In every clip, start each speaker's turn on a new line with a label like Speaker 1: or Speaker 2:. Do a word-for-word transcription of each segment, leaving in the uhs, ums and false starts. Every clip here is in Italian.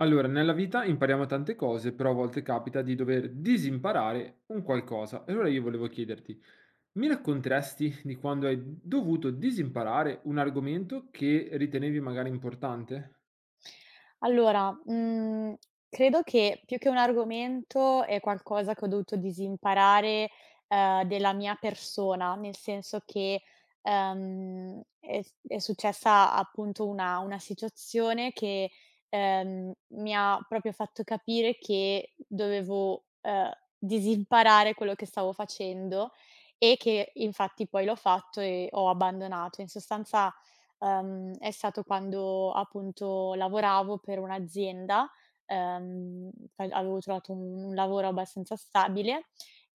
Speaker 1: Allora, nella vita impariamo tante cose, però a volte capita di dover disimparare un qualcosa. E allora io volevo chiederti, mi racconteresti di quando hai dovuto disimparare un argomento che ritenevi magari importante?
Speaker 2: Allora, mhmm, credo che più che un argomento è qualcosa che ho dovuto disimparare, ehm, della mia persona, nel senso che, ehm, è s è successa appunto una una situazione che, ehm, mi ha proprio fatto capire che dovevo, ehm, disimparare quello che stavo facendo e che infatti poi l'ho fatto e ho abbandonato. In sostanza ehm, è stato quando appunto lavoravo per un'azienda, ehm, fa avevo trovato un un lavoro abbastanza stabile,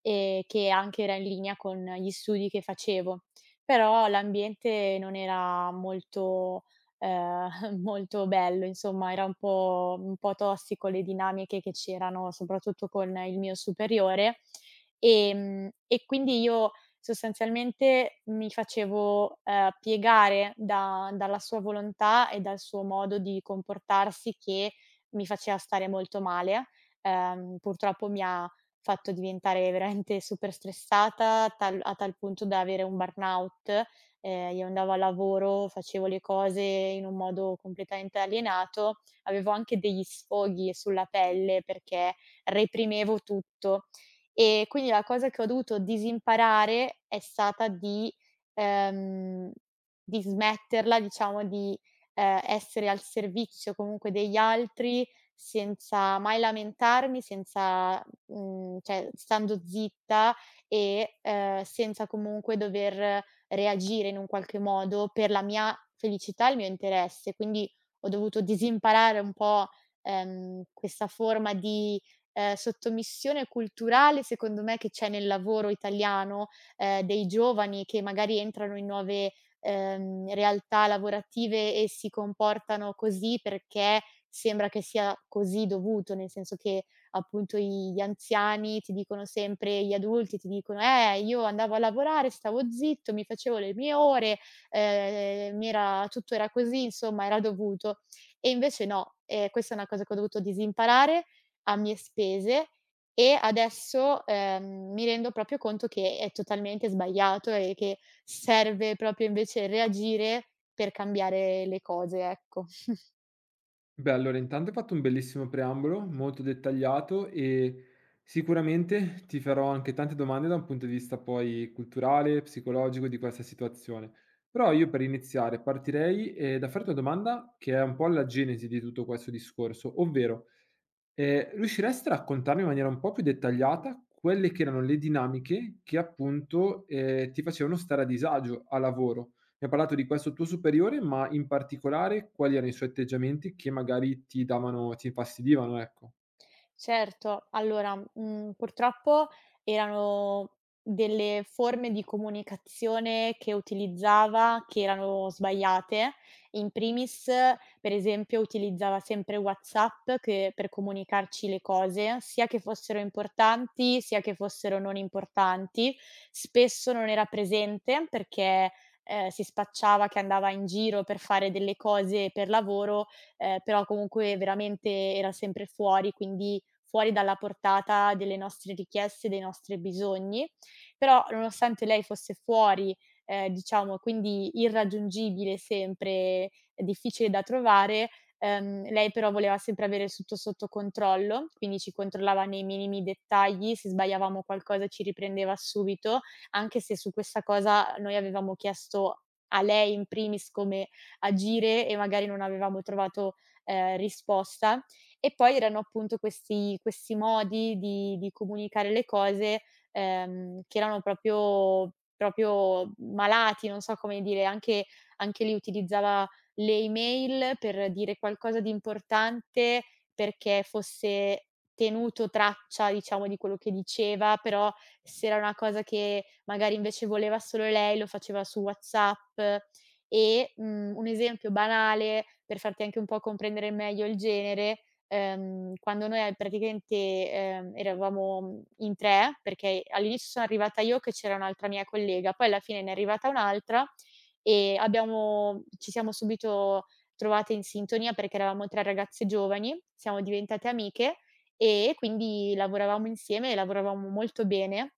Speaker 2: ehm, che anche era in linea con gli studi che facevo. Però l'ambiente non era molto ehm, molto bello, insomma era un po' un po' tossico le dinamiche che c'erano, soprattutto con il mio superiore. Ehm, e quindi io sostanzialmente mi facevo, ehm, piegare da dalla sua volontà e dal suo modo di comportarsi che mi faceva stare molto male. Ehm, purtroppo mi ha fatto diventare veramente super stressata, tal a tal punto da avere un burnout. Ehm, io andavo al lavoro, facevo le cose in un modo completamente alienato, avevo anche degli sfoghi sulla pelle perché reprimevo tutto. E quindi la cosa che ho dovuto disimparare è stata di ehm, di smetterla, diciamo, di, ehm, essere al servizio comunque degli altri senza mai lamentarmi, senza mhmm, cioè stando zitta e, ehm, senza comunque dover reagire in un qualche modo per la mia felicità e il mio interesse. Quindi ho dovuto disimparare un po', ehm, questa forma di ehm, sottomissione culturale, secondo me, che c'è nel lavoro italiano, ehm, dei giovani che magari entrano in nuove, ehm, realtà lavorative e si comportano così perché sembra che sia così dovuto, nel senso che appunto i gli anziani ti dicono sempre, gli adulti ti dicono: "Eh, io andavo a lavorare, stavo zitto, mi facevo le mie ore, ehm, mi era tutto era così, insomma era dovuto". E invece no, ehm, questa è una cosa che ho dovuto disimparare a mie spese e adesso, ehm, mi rendo proprio conto che è totalmente sbagliato e che serve proprio invece reagire per cambiare le cose, ecco.
Speaker 1: Beh, allora intanto hai fatto un bellissimo preambolo, molto dettagliato e sicuramente ti farò anche tante domande da un punto di vista poi culturale, psicologico di questa situazione. Però io per iniziare partirei eh, da farti una domanda che è un po' la genesi di tutto questo discorso, ovvero Ehm, riusciresti a raccontarmi in maniera un po' più dettagliata quelle che erano le dinamiche che appunto, ehm, ti facevano stare a disagio a lavoro? Mi hai parlato di questo tuo superiore, ma in particolare quali erano i suoi atteggiamenti che magari ti davano ti infastidivano, ecco?
Speaker 2: Certo, allora, mhmm, purtroppo erano delle forme di comunicazione che utilizzava che erano sbagliate. In primis, per esempio, utilizzava sempre WhatsApp che per comunicarci le cose, sia che fossero importanti, sia che fossero non importanti. Spesso non era presente perché, ehm, si spacciava che andava in giro per fare delle cose per lavoro, ehm, però comunque veramente era sempre fuori, quindi fuori dalla portata delle nostre richieste, dei nostri bisogni. Però nonostante lei fosse fuori, ehm, diciamo quindi irraggiungibile sempre, difficile da trovare, ehm, lei però voleva sempre avere tutto sotto controllo, quindi ci controllava nei minimi dettagli, se sbagliavamo qualcosa ci riprendeva subito, anche se su questa cosa noi avevamo chiesto a lei in primis come agire e magari non avevamo trovato, ehm, risposta. E poi erano appunto questi questi modi di di comunicare le cose, ehm, che erano proprio proprio malati, non so come dire, anche anche lì utilizzava le email per dire qualcosa di importante, perché fosse tenuto traccia, diciamo, di quello che diceva, però se era una cosa che magari invece voleva solo lei, lo faceva su WhatsApp. E, mhmm, un esempio banale per farti anche un po' comprendere meglio il genere, ehm, quando noi a praticamente, ehm, eravamo, mhmm, in tre, perché all'inizio sono arrivata io che c'era un'altra mia collega, poi alla fine ne è arrivata un'altra e abbiamo ci siamo subito trovate in sintonia perché eravamo tre ragazze giovani, siamo diventate amiche e quindi lavoravamo insieme e lavoravamo molto bene.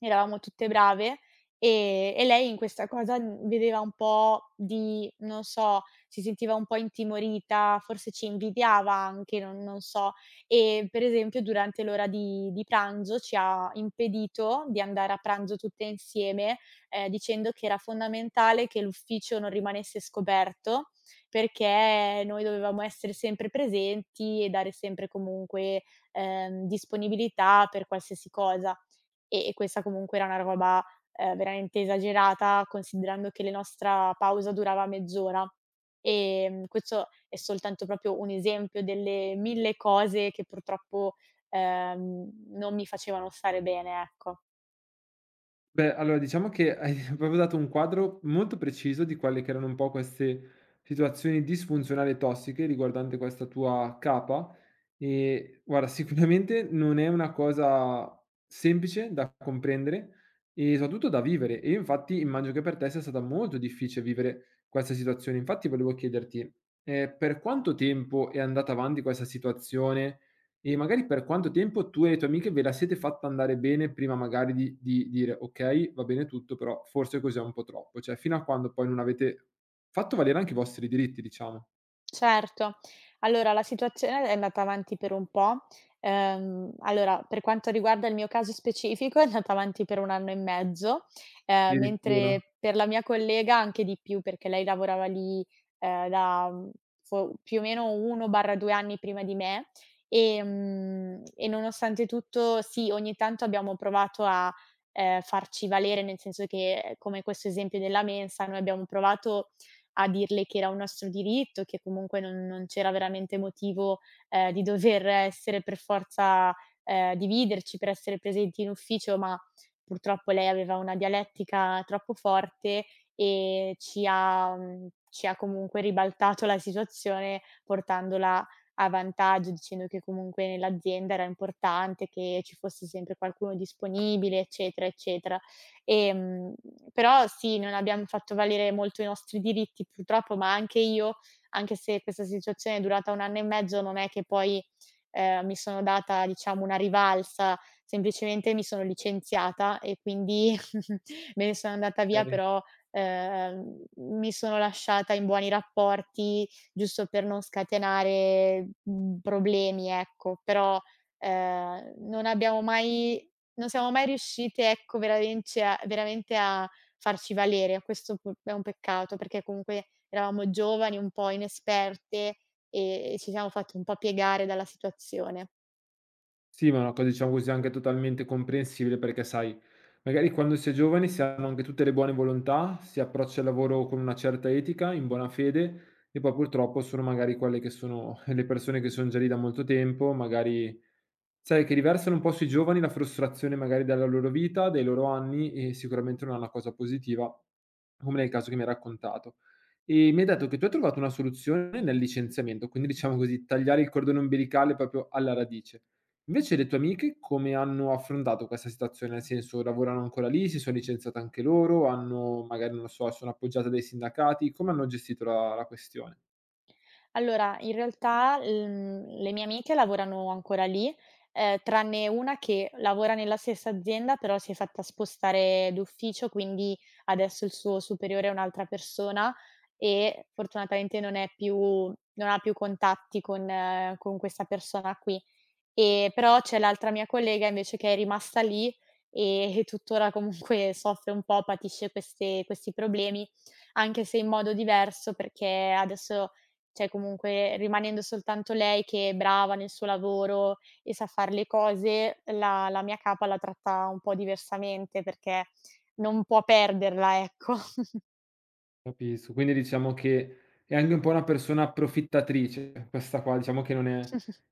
Speaker 2: Eravamo tutte brave, ehm, e lei in questa cosa, mhmm, vedeva un po' di non so, si sentiva un po' intimorita, forse ci invidiava anche, non non so. E per esempio durante l'ora di di pranzo ci ha impedito di andare a pranzo tutte insieme, ehm, dicendo che era fondamentale che l'ufficio non rimanesse scoperto, perché noi dovevamo essere sempre presenti e dare sempre comunque, ehm, disponibilità per qualsiasi cosa. E e questa comunque era una roba, ehm, veramente esagerata, considerando che le nostra pausa durava mezz'ora. Ehm, questo è soltanto proprio un esempio delle mille cose che purtroppo, ehm, non mi facevano stare bene, ecco.
Speaker 1: Beh, allora diciamo che hai proprio dato un quadro molto preciso di quelle che erano un po' queste situazioni disfunzionali e tossiche riguardante questa tua capa. E guarda, sicuramente non è una cosa semplice da comprendere e soprattutto da vivere. E io infatti immagino che per te sia stata molto difficile vivere questa situazione. Infatti volevo chiederti, eh, per quanto tempo è andata avanti questa situazione? E magari per quanto tempo tu e le tue amiche ve la siete fatta andare bene prima magari di di dire: "Okay, va bene tutto, però forse così è un po' troppo." Cioè, fino a quando poi non avete fatto valere anche i vostri diritti, diciamo.
Speaker 2: Certo. Allora la situazione è andata avanti per un po'. Ehm, allora, per quanto riguarda il mio caso specifico è andata avanti per un anno e mezzo, ehm,
Speaker 1: Addirittura,
Speaker 2: mentre per la mia collega anche di più, perché lei lavorava lì, ehm, da, mhmm, fo più o meno uno o due anni prima di me, ehm, e nonostante tutto sì, ogni tanto abbiamo provato a, ehm, farci valere, nel senso che, come questo esempio della mensa, noi abbiamo provato a dirle che era un nostro diritto, che comunque non non c'era veramente motivo, ehm, di dover essere per forza, ehm, dividerci per essere presenti in ufficio, ma purtroppo lei aveva una dialettica troppo forte e ci ha mhmm, ci ha comunque ribaltato la situazione portandola a vantaggio, dicendo che comunque nell'azienda era importante che ci fosse sempre qualcuno disponibile, eccetera, eccetera. Ehm, però sì, non abbiamo fatto valere molto i nostri diritti purtroppo, ma anche io, anche se questa situazione è durata un anno e mezzo, non è che poi, ehm, mi sono data diciamo una rivalsa, semplicemente mi sono licenziata e quindi me ne sono andata via,
Speaker 1: okay.
Speaker 2: però, ehm, mi sono lasciata in buoni rapporti, giusto per non scatenare, mhmm, problemi, ecco. Però, ehm, non abbiamo mai non siamo mai riuscite, ecco, veramente a veramente a farci valere. Questo pu è un peccato, perché comunque eravamo giovani, un po' inesperte e e ci siamo fatte un po' piegare dalla situazione.
Speaker 1: Sì, ma è una cosa, diciamo così, anche totalmente comprensibile perché, sai, magari quando si è giovani si hanno anche tutte le buone volontà, si approccia il lavoro con una certa etica, in buona fede, e poi purtroppo sono magari quelle che sono le persone che son già lì da molto tempo, magari. Sai che riversano un po' sui giovani la frustrazione magari della loro vita, dei loro anni e sicuramente non è una cosa positiva, come nel caso che mi hai raccontato. E mi hai detto che tu hai trovato una soluzione nel licenziamento, quindi diciamo così, tagliare il cordone ombelicale proprio alla radice. Invece le tue amiche come hanno affrontato questa situazione? Nel senso, lavorano ancora lì, si sono licenziate anche loro, hanno magari, non lo so, sono appoggiate dai sindacati, come hanno gestito la la questione?
Speaker 2: Allora, in realtà, mhmm, le mie amiche lavorano ancora lì, ehm, tranne una che lavora nella stessa azienda, però si è fatta spostare d'ufficio, quindi adesso il suo superiore è un'altra persona e fortunatamente non è più non ha più contatti con eh, con questa persona qui. Ehm, però c'è l'altra mia collega invece che è rimasta lì e e tuttora comunque soffre un po', patisce queste questi problemi, anche se in modo diverso perché adesso cioè comunque rimanendo soltanto lei che è brava nel suo lavoro e sa far le cose, la la mia capa la tratta un po' diversamente perché non può perderla, ecco.
Speaker 1: Capisco, quindi diciamo che è anche un po' una persona approfittatrice questa qua, diciamo che non è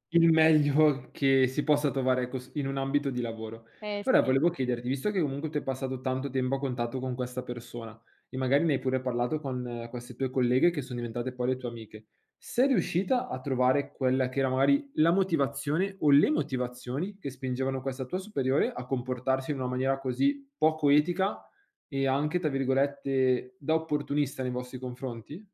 Speaker 1: il meglio che si possa trovare, ecco, s in un ambito di lavoro.
Speaker 2: Eh,
Speaker 1: Allora
Speaker 2: sì.
Speaker 1: volevo chiederti, visto che comunque tu hai passato tanto tempo a contatto con questa persona e magari ne hai pure parlato con eh, queste tue colleghe che sono diventate poi le tue amiche, sei riuscita a trovare quella che era magari la motivazione o le motivazioni che spingevano questa tua superiore a comportarsi in una maniera così poco etica e anche, tra virgolette, da opportunista nei vostri confronti?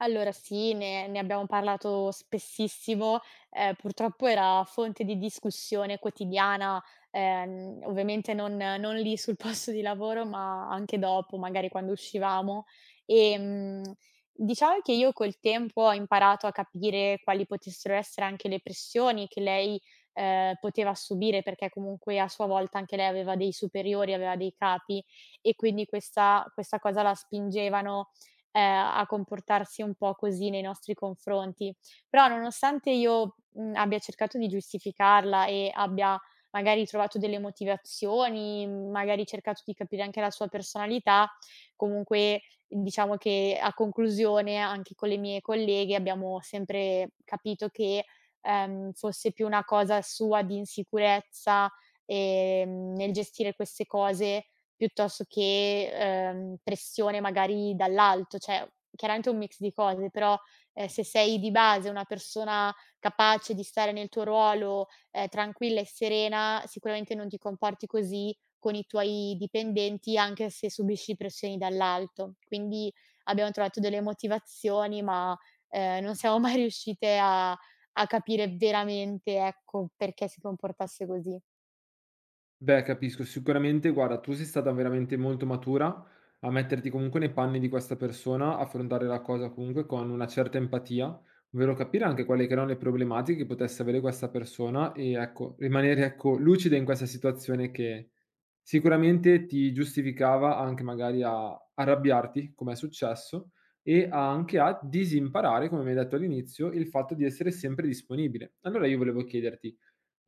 Speaker 2: Allora sì, ne ne abbiamo parlato spessissimo, ehm, purtroppo era fonte di discussione quotidiana, ehm, ovviamente non non lì sul posto di lavoro, ma anche dopo, magari quando uscivamo. Ehm, diciamo che io col tempo ho imparato a capire quali potessero essere anche le pressioni che lei, ehm, poteva subire, perché comunque a sua volta anche lei aveva dei superiori, aveva dei capi e quindi questa questa cosa la spingevano ehm, a comportarsi un po' così nei nostri confronti. Però nonostante io, mhmm, abbia cercato di giustificarla e abbia magari trovato delle motivazioni, mh, magari cercato di capire anche la sua personalità, comunque diciamo che a conclusione anche con le mie colleghe abbiamo sempre capito che, ehm, fosse più una cosa sua di insicurezza, ehm, nel gestire queste cose piuttosto che, ehm, pressione magari dall'alto, cioè chiaramente è un mix di cose, però, ehm, se sei di base una persona capace di stare nel tuo ruolo, ehm, tranquilla e serena, sicuramente non ti comporti così con i tuoi dipendenti, anche se subisci pressioni dall'alto. Quindi abbiamo trovato delle motivazioni, ma, ehm, non siamo mai riuscite a a capire veramente, ecco, perché si comportasse così.
Speaker 1: Beh, capisco. Sicuramente, guarda, tu sei stata veramente molto matura a metterti comunque nei panni di questa persona, affrontare la cosa comunque con una certa empatia, ovvero capire anche quali che erano le problematiche che potesse avere questa persona e ecco, rimanere ecco, lucida in questa situazione che sicuramente ti giustificava anche magari a arrabbiarti, come è successo, e a- anche a disimparare, come mi hai detto all'inizio, il fatto di essere sempre disponibile. Allora io volevo chiederti,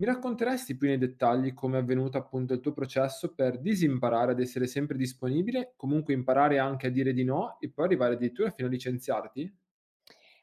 Speaker 1: mi racconteresti più nei dettagli come è avvenuto appunto il tuo processo per disimparare ad essere sempre disponibile, comunque imparare anche a dire di no e poi arrivare addirittura fino a licenziarti?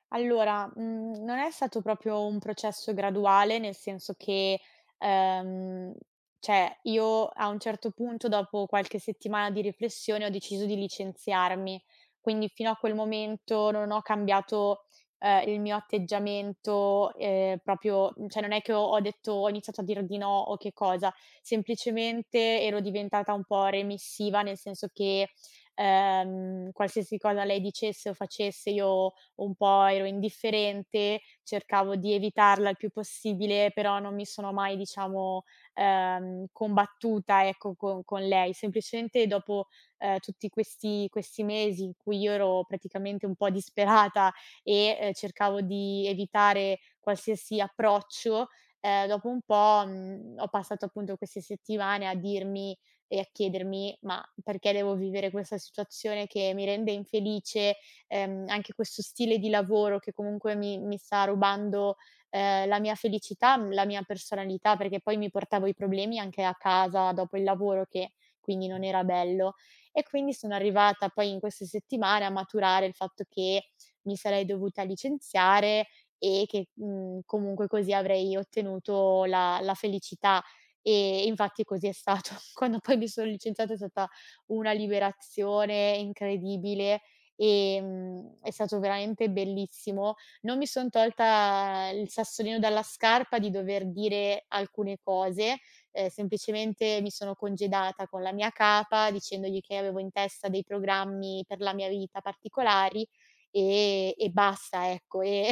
Speaker 2: Allora, mhmm, non è stato proprio un processo graduale, nel senso che, ehm, cioè io a un certo punto, dopo qualche settimana di riflessione, ho deciso di licenziarmi. Quindi fino a quel momento non ho cambiato, ehm, il mio atteggiamento, ehm, proprio mm, cioè non è che ho ho detto ho iniziato a dir di no o che cosa, semplicemente ero diventata un po' remissiva, nel senso che, ehm, qualsiasi cosa lei dicesse o facesse io un po' ero indifferente, cercavo di evitarla il più possibile, però non mi sono mai, diciamo, ehm, combattuta, ecco, co con lei. Semplicemente dopo, ehm, tutti questi questi mesi in cui io ero praticamente un po' disperata e, ehm, cercavo di evitare qualsiasi approccio, ehm, dopo un po', mhmm, ho passato appunto queste settimane a dirmi e a chiedermi: "Ma perché devo vivere questa situazione che mi rende infelice, ehm, anche questo stile di lavoro che comunque mi mi sta rubando, ehm, la mia felicità, mhmm, la mia personalità, perché poi mi portavo i problemi anche a casa dopo il lavoro che quindi non era bello." E quindi sono arrivata poi in queste settimane a maturare il fatto che mi sarei dovuta licenziare e che, mhmm, comunque così avrei ottenuto la la felicità. E infatti così è stato. Quando poi mi sono licenziata è stata una liberazione incredibile. Ehm, è stato veramente bellissimo. Non mi son tolta il sassolino dalla scarpa di dover dire alcune cose, ehm, semplicemente mi sono congedata con la mia capa dicendogli che avevo in testa dei programmi per la mia vita particolari e e basta, ecco. E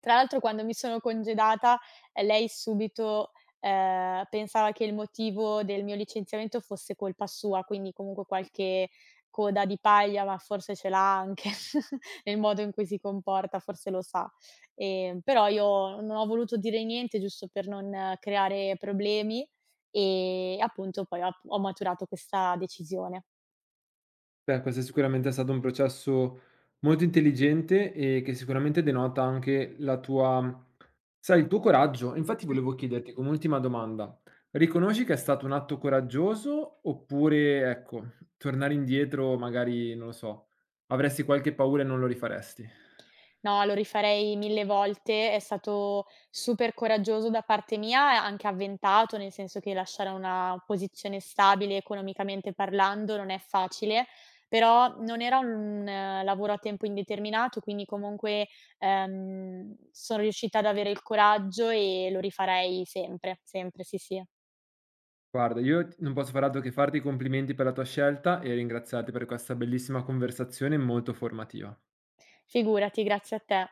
Speaker 2: tra l'altro quando mi sono congedata, ehm, lei subito, ehm, pensava che il motivo del mio licenziamento fosse colpa sua, quindi comunque qualche coda di paglia, ma forse ce l'ha anche nel modo in cui si comporta, forse lo sa. Ehm, però io non ho voluto dire niente giusto per non creare problemi e appunto poi ho ho maturato questa decisione.
Speaker 1: Beh, questo è sicuramente stato un processo molto intelligente e che sicuramente denota anche la tua, sai, il tuo coraggio. Infatti volevo chiederti come ultima domanda, riconosci che è stato un atto coraggioso oppure, ecco, tornare indietro magari, non lo so, avresti qualche paura e non lo rifaresti?
Speaker 2: No, lo rifarei mille volte. È stato super coraggioso da parte mia e anche avventato, nel senso che lasciare una posizione stabile economicamente parlando non è facile, però non era un eh, lavoro a tempo indeterminato, quindi comunque, ehm, sono riuscita ad avere il coraggio e lo rifarei sempre, sempre, sì, sì.
Speaker 1: Guarda, io t non posso far altro che farti i complimenti per la tua scelta e ringraziarti per questa bellissima conversazione molto formativa.
Speaker 2: Figurati, grazie a te.